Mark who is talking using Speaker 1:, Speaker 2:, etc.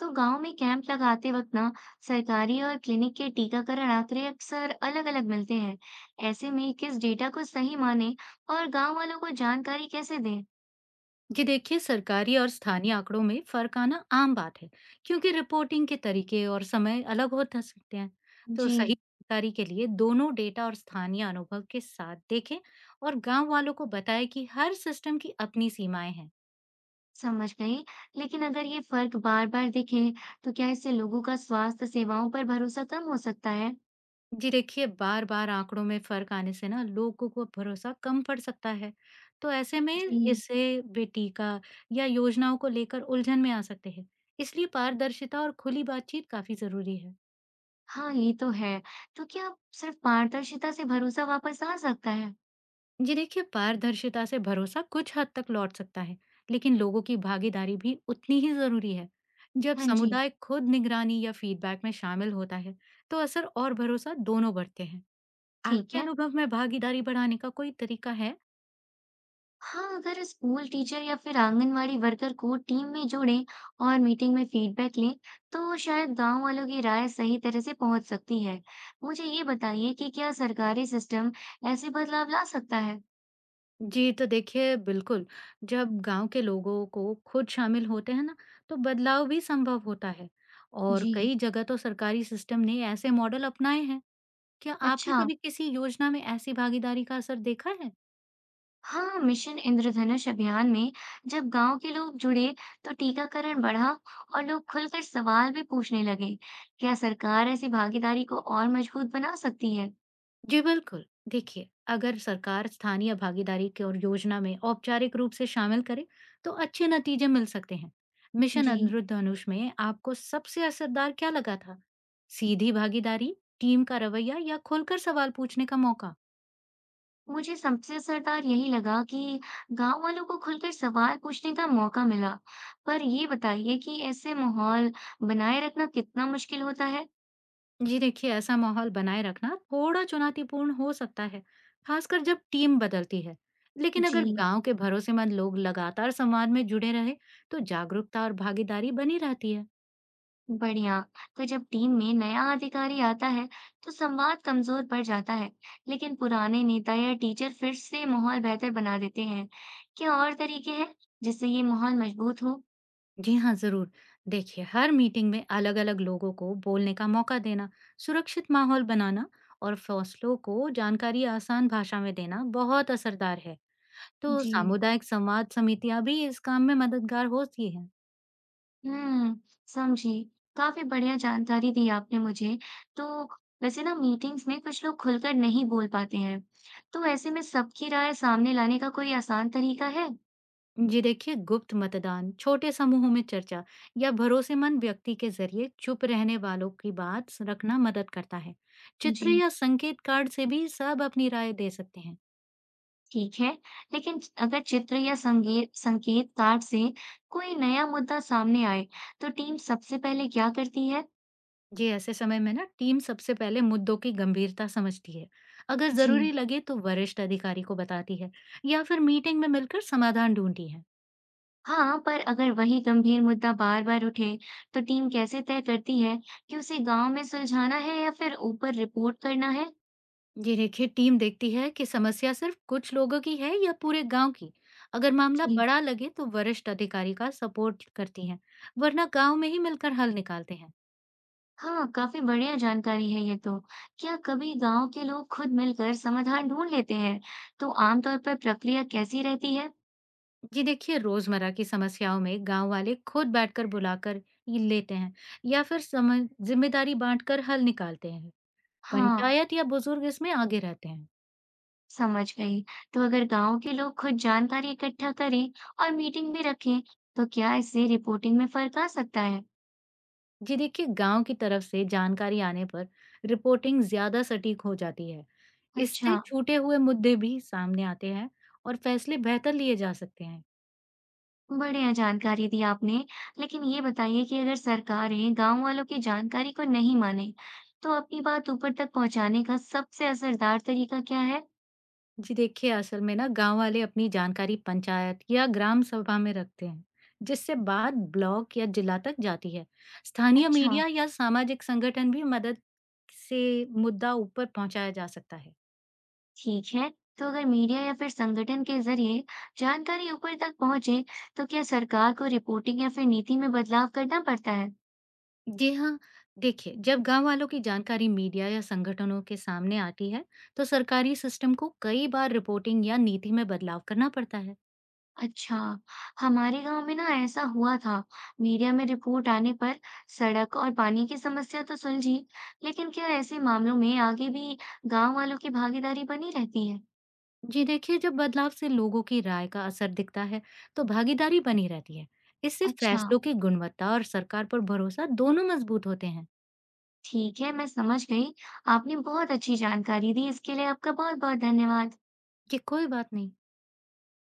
Speaker 1: तो गांव में कैंप लगाते वक्त ना सरकारी और क्लिनिक के टीकाकरण आंकड़े अक्सर अलग-अलग मिलते हैं। ऐसे में किस डेटा को सही माने और गांव वालों को जानकारी कैसे दें?
Speaker 2: जी देखिए, सरकारी और स्थानीय आंकड़ों में फर्क आना आम बात है, क्योंकि रिपोर्टिंग के तरीके और समय अलग हो सकते हैं। तो सही
Speaker 1: जी,
Speaker 2: जानकारी के लिए दोनों डेटा और स्थानीय अनुभव के साथ देखें और गांव वालों को बताएं कि हर सिस्टम की अपनी सीमाएं हैं।
Speaker 1: समझ गई। लेकिन अगर ये फर्क बार-बार दिखे, तो क्या इससे लोगों का स्वास्थ्य सेवाओं पर भरोसा कम हो सकता है?
Speaker 2: जी देखिए, बार बार आंकड़ों में फर्क आने से ना लोगों को भरोसा कम पड़ सकता है। तो ऐसे में
Speaker 1: जी,
Speaker 2: इससे वे टीका या योजनाओं को लेकर उलझन में आ सकते हैं। इसलिए पारदर्शिता और खुली बातचीत काफी जरूरी है।
Speaker 1: हाँ, ये तो है। तो क्या सिर्फ पारदर्शिता से भरोसा वापस आ सकता है?
Speaker 2: जी देखिए, पारदर्शिता से भरोसा कुछ हद तक लौट सकता है, लेकिन लोगों की भागीदारी भी उतनी ही ज़रूरी है। जब
Speaker 1: हाँ जी,
Speaker 2: समुदाय खुद निगरानी या फीडबैक में शामिल होता है, तो असर और भरोसा दोनों बढ़ते हैं।
Speaker 1: ठीक
Speaker 2: आपके
Speaker 1: है।
Speaker 2: अनुभव में भागीदारी बढ़ाने का कोई तरीका है?
Speaker 1: हाँ, अगर स्कूल टीचर या फिर आंगनवाड़ी वर्कर को टीम में जोड़ें और मीटिंग में फीडबैक लें, तो शायद गांव वालों की राय सही तरह से पहुंच सकती है। मुझे ये बताइए कि क्या सरकारी सिस्टम ऐसे बदलाव ला सकता है?
Speaker 2: जी तो देखिए बिल्कुल, जब गांव के लोगों को खुद शामिल होते हैं ना, तो बदलाव भी संभव होता है। और
Speaker 1: जी,
Speaker 2: कई जगह तो सरकारी सिस्टम ने ऐसे मॉडल अपनाए हैं। क्या आपने
Speaker 1: अच्छा,
Speaker 2: कभी किसी योजना में ऐसी भागीदारी का असर देखा है?
Speaker 1: हाँ, मिशन इंद्रधनुष अभियान में जब गांव के लोग जुड़े, तो टीकाकरण बढ़ा और लोग खुलकर सवाल भी पूछने लगे। क्या सरकार ऐसी भागीदारी को और मजबूत बना सकती है?
Speaker 2: जी बिल्कुल। देखिए, अगर सरकार स्थानीय भागीदारी की और योजना में औपचारिक रूप से शामिल करे, तो अच्छे नतीजे मिल सकते हैं। मिशन
Speaker 1: जी,
Speaker 2: इंद्रधनुष में आपको सबसे असरदार क्या लगा था? सीधी भागीदारी, टीम का रवैया या खुलकर सवाल पूछने का मौका?
Speaker 1: मुझे सबसे असरदार यही लगा कि गांव वालों को खुलकर सवाल पूछने का मौका मिला। पर ये बताइए कि ऐसे माहौल बनाए रखना कितना मुश्किल होता है?
Speaker 2: जी देखिए, ऐसा माहौल बनाए रखना थोड़ा चुनौतीपूर्ण हो सकता है, खासकर जब टीम बदलती है। लेकिन अगर
Speaker 1: जी,
Speaker 2: गांव के भरोसेमंद लोग लगातार समाज में जुड़े रहे, तो जागरूकता और भागीदारी बनी रहती है।
Speaker 1: बढ़िया। तो जब टीम में नया अधिकारी आता है, तो संवाद कमजोर पड़ जाता है, लेकिन पुराने नेता या टीचर फिर से माहौल बेहतर बना देते हैं। क्या और तरीके हैं जिससे ये माहौल मजबूत हो?
Speaker 2: जी हाँ, ज़रूर। देखिए, हर मीटिंग में अलग-अलग लोगों को बोलने का मौका देना, सुरक्षित माहौल बनाना और फैसलों को जानकारी आसान भाषा में देना बहुत असरदार है। तो
Speaker 1: जी।
Speaker 2: सामुदायिक संवाद समितियाँ भी इस काम में मददगार होती हैं।
Speaker 1: हुँ, समझी। काफ़ी बढ़िया जानकारी दी आपने मुझे। तो वैसे ना मीटिंग्स में कुछ लोग खुलकर नहीं बोल पाते हैं। तो ऐसे में सबकी राय सामने लाने का कोई आसान तरीका है?
Speaker 2: जी देखिए, गुप्त मतदान, छोटे समूहों में चर्चा या भरोसेमंद व्यक्ति के ज़रिए चुप रहने वालों की बात स रखना मदद करता है। चित्र
Speaker 1: जी,
Speaker 2: या संकेत कार्ड से भी सब अपनी राय दे सकते हैं।
Speaker 1: ठीक है। लेकिन अगर चित्र या संगे संकेत कार्ड से कोई नया मुद्दा सामने आए, तो टीम सबसे पहले क्या करती है?
Speaker 2: जी, ऐसे समय में ना टीम सबसे पहले मुद्दों की गंभीरता समझती है। अगर
Speaker 1: जी।
Speaker 2: जरूरी लगे तो वरिष्ठ अधिकारी को बताती है या फिर मीटिंग में मिलकर समाधान ढूंढती है।
Speaker 1: हाँ, पर अगर वही गंभीर मुद्दा बार-बार उठे, तो टीम कैसे तय करती है कि उसे गाँव में सुलझाना है या फिर ऊपर रिपोर्ट करना है?
Speaker 2: ये देखिए, टीम देखती है कि समस्या सिर्फ कुछ लोगों की है या पूरे गांव की। अगर मामला
Speaker 1: जी।
Speaker 2: बड़ा लगे तो वरिष्ठ अधिकारी का सपोर्ट करती है, वरना गांव में ही मिलकर हल निकालते हैं।
Speaker 1: हाँ, काफ़ी बढ़िया जानकारी है ये तो। क्या कभी गाँव के लोग खुद मिलकर समाधान ढूँढ लेते हैं? तो आमतौर पर प्रक्रिया कैसी रहती है?
Speaker 2: जी देखिए, रोजमर्रा की समस्याओं में गांव वाले खुद बैठकर बुलाकर ये लेते हैं या फिर समझ जिम्मेदारी बांटकर हल निकालते हैं।
Speaker 1: हाँ,
Speaker 2: पंचायत या बुजुर्ग इसमें आगे रहते हैं।
Speaker 1: समझ गई। तो अगर गाँव के लोग खुद जानकारी इकट्ठा करें और मीटिंग भी रखें, तो क्या इससे रिपोर्टिंग में फ़र्क आ सकता है?
Speaker 2: जी देखिए, गाँव की तरफ से जानकारी आने पर रिपोर्टिंग ज़्यादा सटीक हो जाती है। इससे
Speaker 1: अच्छा,
Speaker 2: छूटे हुए मुद्दे भी सामने आते हैं और फैसले बेहतर लिए जा सकते हैं।
Speaker 1: बढ़िया जानकारी दी आपने। लेकिन ये बताइए कि अगर सरकारें गाँव वालों की जानकारी को नहीं माने, तो अपनी बात ऊपर तक पहुँचाने का सबसे असरदार तरीका क्या है?
Speaker 2: जी देखिए, असल में ना गाँव वाले अपनी जानकारी पंचायत या ग्राम सभा में रखते हैं, जिससे बात ब्लॉक या जिला तक जाती है। स्थानीय
Speaker 1: अच्छा।
Speaker 2: मीडिया या सामाजिक संगठन भी मदद से मुद्दा ऊपर पहुँचाया जा सकता है।
Speaker 1: ठीक है, तो अगर मीडिया या फिर संगठन के जरिए जानकारी ऊपर तक पहुंचे तो क्या सरकार को रिपोर्टिंग या फिर नीति में बदलाव करना पड़ता है?
Speaker 2: जी हाँ, देखिए, जब गांव वालों की जानकारी मीडिया या संगठनों के सामने आती है, तो सरकारी सिस्टम को कई बार रिपोर्टिंग या नीति में बदलाव करना पड़ता है।
Speaker 1: अच्छा, हमारे गांव में ना ऐसा हुआ था, मीडिया में रिपोर्ट आने पर सड़क और पानी की समस्या तो सुलझी, लेकिन क्या ऐसे मामलों में आगे भी गांव वालों की भागीदारी बनी रहती है?
Speaker 2: जी देखिए, जब बदलाव से लोगों की राय का असर दिखता है, तो भागीदारी बनी रहती है। इससे
Speaker 1: अच्छा,
Speaker 2: फैसलों की गुणवत्ता और सरकार पर भरोसा दोनों मजबूत होते हैं।
Speaker 1: ठीक है, मैं समझ गई। आपने बहुत अच्छी जानकारी दी, इसके लिए आपका बहुत बहुत धन्यवाद।
Speaker 2: जी कोई बात नहीं।